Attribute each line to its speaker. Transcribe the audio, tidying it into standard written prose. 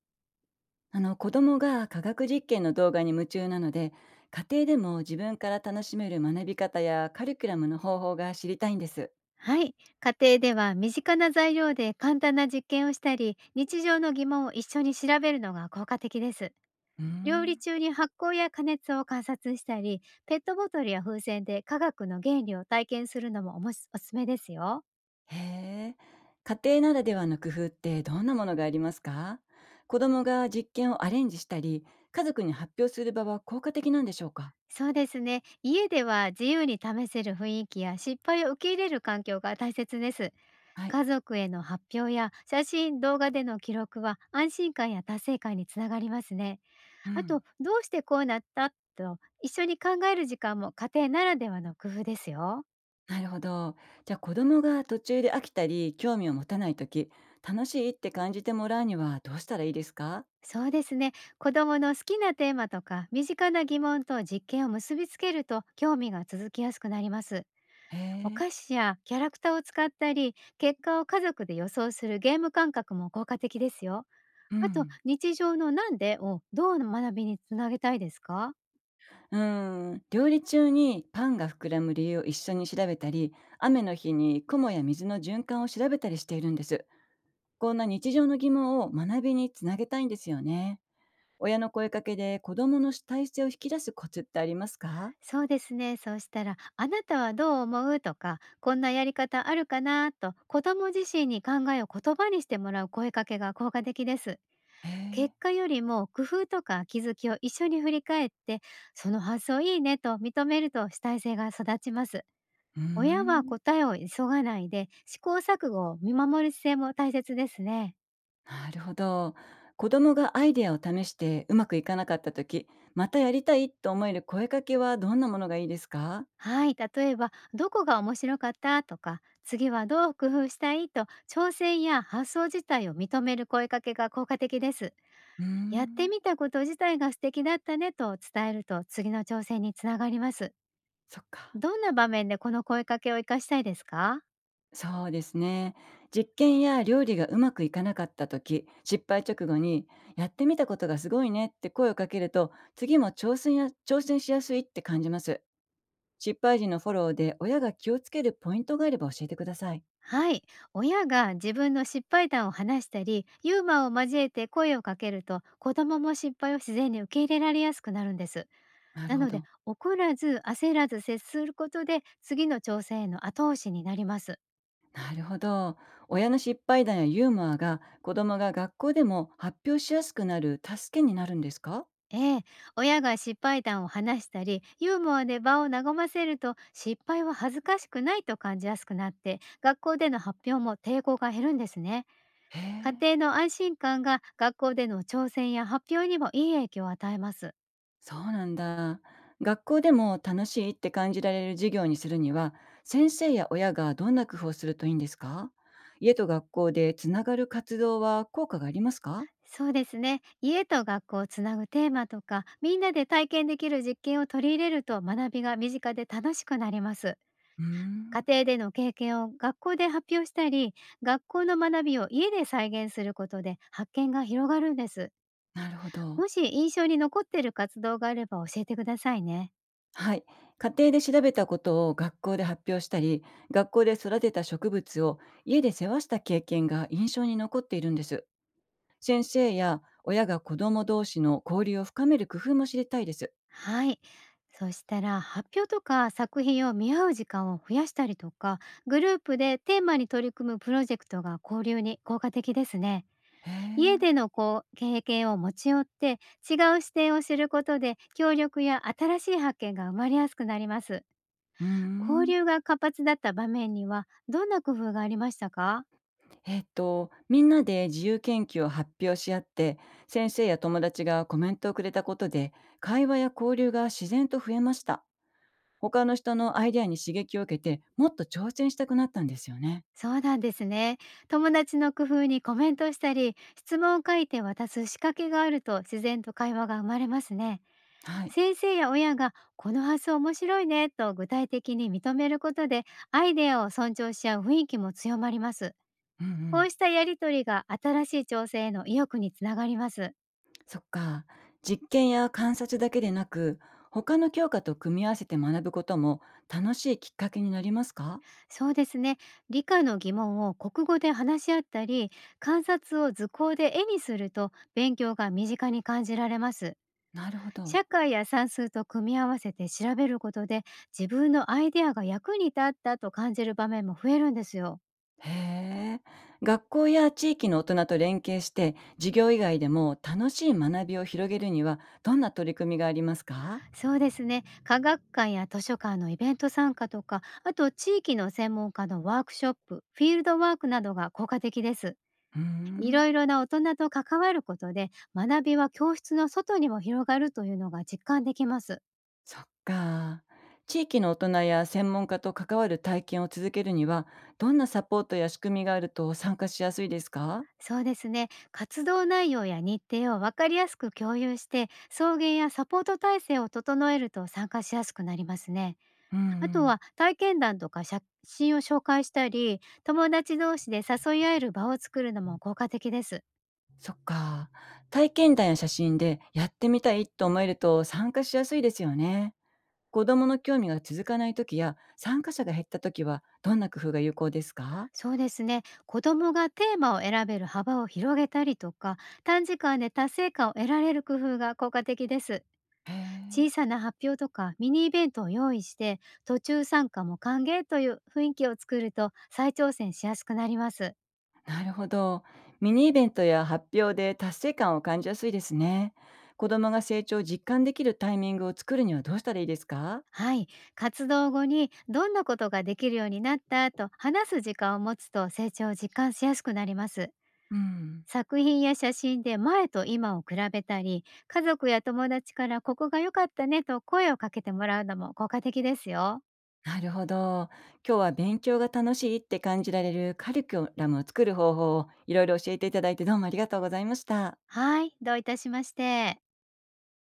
Speaker 1: 子供が科学実験の動画に夢中なので、家庭でも自分から楽しめる学び方やカリキュラムの方法が知りたいんです。
Speaker 2: はい。家庭では身近な材料で簡単な実験をしたり、日常の疑問を一緒に調べるのが効果的です。
Speaker 1: うー
Speaker 2: 料理
Speaker 1: ん。
Speaker 2: 中に発酵や加熱を観察したり、ペットボトルや風船で科学の原理を体験するのもおもしおすすめですよ。
Speaker 1: へえ。家庭ならではの工夫ってどんなものがありますか？子供が実験をアレンジしたり、家族に発表する場は効果的なんでしょうか？
Speaker 2: そうですね。家では自由に試せる雰囲気や失敗を受け入れる環境が大切です。
Speaker 1: はい。
Speaker 2: 家族への発表や写真動画での記録は安心感や達成感につながりますね。
Speaker 1: う
Speaker 2: あと、
Speaker 1: ん。
Speaker 2: どうしてこうなったと一緒に考える時間も家庭ならではの工夫ですよ。
Speaker 1: なるほど。じゃあ子供が途中で飽きたり興味を持たないとき、楽しいって感じてもらうにはどうしたらいいですか？
Speaker 2: そうですね、子どもの好きなテーマとか身近な疑問と実験を結びつけると興味が続きやすくなります。
Speaker 1: へ
Speaker 2: お
Speaker 1: え。
Speaker 2: 菓子やキャラクターを使ったり、結果を家族で予想するゲーム感覚も効果的ですよ。
Speaker 1: う
Speaker 2: あと、
Speaker 1: ん。
Speaker 2: 日常の「なんで?」をどう学びにつなげたいですか？
Speaker 1: 料理中にパンが膨らむ理由を一緒に調べたり、雨の日に雲や水の循環を調べたりしているんです。こんな日常の疑問を学びにつなげたいんですよね。親の声かけで子供の主体性を引き出すコツってありますか？
Speaker 2: そうですね。そうしたら、あなたはどう思うとか、こんなやり方あるかなと、子供自身に考えを言葉にしてもらう声かけが効果的です。
Speaker 1: へえ、
Speaker 2: 結果よりも工夫とか気づきを一緒に振り返って、その発想いいねと認めると主体性が育ちます。
Speaker 1: うー
Speaker 2: 親は
Speaker 1: ん、
Speaker 2: 答えを急がないで、試行錯誤を見守る姿勢も大切ですね。
Speaker 1: なるほど。子供がアイデアを試してうまくいかなかった時、またやりたいと思える声かけはどんなものがいいですか？
Speaker 2: はい、例えばどこが面白かったとか次はどう工夫したいと、挑戦や発想自体を認める声かけが効果的です。
Speaker 1: うー
Speaker 2: やって
Speaker 1: ん、
Speaker 2: みたこと自体が素敵だったねと伝えると、次の挑戦につながります。
Speaker 1: そっか。
Speaker 2: どんな場面でこの声かけを活かしたいですか？
Speaker 1: そうですね。実験や料理がうまくいかなかった時、失敗直後にやってみたことがすごいねって声をかけると、次も挑戦や挑戦しやすいって感じます。失敗時のフォローで親が気をつけるポイントがあれば教えてください。
Speaker 2: はい、親が自分の失敗談を話したりユーモアを交えて声をかけると、子供も失敗を自然に受け入れられやすくなるんです。
Speaker 1: なる
Speaker 2: な
Speaker 1: ほ
Speaker 2: ので、
Speaker 1: ど。
Speaker 2: 怒らず焦らず接することで、次の挑戦への後押しになります。
Speaker 1: なるほど。親の失敗談やユーモアが子供が学校でも発表しやすくなる助けになるんですか？
Speaker 2: ええ、親が失敗談を話したり、ユーモアで場を和ませると、失敗は恥ずかしくないと感じやすくなって、学校での発表も抵抗が減るんですね。
Speaker 1: へえ。
Speaker 2: 家庭の安心感が学校での挑戦や発表にもいい影響を与えます。
Speaker 1: そうなんだ。学校でも楽しいって感じられる授業にするには、先生や親がどんな工夫をするといいんですか？家と学校でつながる活動は効果がありますか？
Speaker 2: そうですね。家と学校をつなぐテーマとか、みんなで体験できる実験を取り入れると、学びが身近で楽しくなります。
Speaker 1: うー
Speaker 2: 家
Speaker 1: ん、
Speaker 2: 庭での経験を学校で発表したり、学校の学びを家で再現することで発見が広がるんです。
Speaker 1: なるほど。
Speaker 2: もし印象に残っている活動があれば教えてくださいね。
Speaker 1: はい。家庭で調べたことを学校で発表したり、学校で育てた植物を家で世話した経験が印象に残っているんです。先生や親が子供同士の交流を深める工夫も知りたいです。
Speaker 2: はい、そしたら発表とか作品を見合う時間を増やしたりとか、グループでテーマに取り組むプロジェクトが交流に効果的ですね。
Speaker 1: へ
Speaker 2: 家
Speaker 1: え。
Speaker 2: でのこう経験を持ち寄って、違う視点を知ることで協力や新しい発見が生まれやすくなります。
Speaker 1: うー
Speaker 2: 交
Speaker 1: ん。
Speaker 2: 流が活発だった場面にはどんな工夫がありましたか？
Speaker 1: みんなで自由研究を発表し合って、先生や友達がコメントをくれたことで、会話や交流が自然と増えました。他の人のアイデアに刺激を受けて、もっと挑戦したくなったんですよね。
Speaker 2: そうなんですね。友達の工夫にコメントしたり、質問を書いて渡す仕掛けがあると自然と会話が生まれますね。
Speaker 1: はい。
Speaker 2: 先生や親がこの発想面白いねと具体的に認めることで、アイデアを尊重し合う雰囲気も強まります。
Speaker 1: うんう
Speaker 2: こ
Speaker 1: ん。
Speaker 2: うしたやりとりが新しい調整への意欲につながります。
Speaker 1: そっか。実験や観察だけでなく、他の教科と組み合わせて学ぶことも楽しいきっかけになりますか？
Speaker 2: そうですね。理科の疑問を国語で話し合ったり、観察を図工で絵にすると勉強が身近に感じられます。
Speaker 1: なるほど。
Speaker 2: 社会や算数と組み合わせて調べることで、自分のアイデアが役に立ったと感じる場面も増えるんですよ。
Speaker 1: へえ。学校や地域の大人と連携して、授業以外でも楽しい学びを広げるには、どんな取り組みがありますか？
Speaker 2: そうですね。科学館や図書館のイベント参加とか、あと地域の専門家のワークショップ、フィールドワークなどが効果的です。
Speaker 1: うー
Speaker 2: い
Speaker 1: ん、
Speaker 2: ろいろな大人と関わることで、学びは教室の外にも広がるというのが実感できます。
Speaker 1: そっか。地域の大人や専門家と関わる体験を続けるには、どんなサポートや仕組みがあると参加しやすいですか？
Speaker 2: そうですね。活動内容や日程を分かりやすく共有して、送迎やサポート体制を整えると参加しやすくなりますね。
Speaker 1: うんう
Speaker 2: あと
Speaker 1: ん。
Speaker 2: は体験談とか写真を紹介したり、友達同士で誘い合える場を作るのも効果的です。
Speaker 1: そっか。体験談や写真でやってみたいと思えると参加しやすいですよね。子供の興味が続かない時や参加者が減った時はどんな工夫が有効ですか？
Speaker 2: そうですね。子どもがテーマを選べる幅を広げたりとか、短時間で達成感を得られる工夫が効果的です。
Speaker 1: へ
Speaker 2: 小
Speaker 1: え、
Speaker 2: さな発表とかミニイベントを用意して、途中参加も歓迎という雰囲気を作ると再挑戦しやすくなります。
Speaker 1: なるほど。ミニイベントや発表で達成感を感じやすいですね。子供が成長を実感できるタイミングを作るにはどうしたらいいですか？
Speaker 2: はい、活動後にどんなことができるようになったと話す時間を持つと成長を実感しやすくなります。
Speaker 1: うん、
Speaker 2: 作品や写真で前と今を比べたり、家族や友達からここが良かったねと声をかけてもらうのも効果的ですよ。
Speaker 1: なるほど。今日は勉強が楽しいって感じられるカリキュラムを作る方法をいろいろ教えていただいてどうもありがとうございました。
Speaker 2: はい、どういたしまして。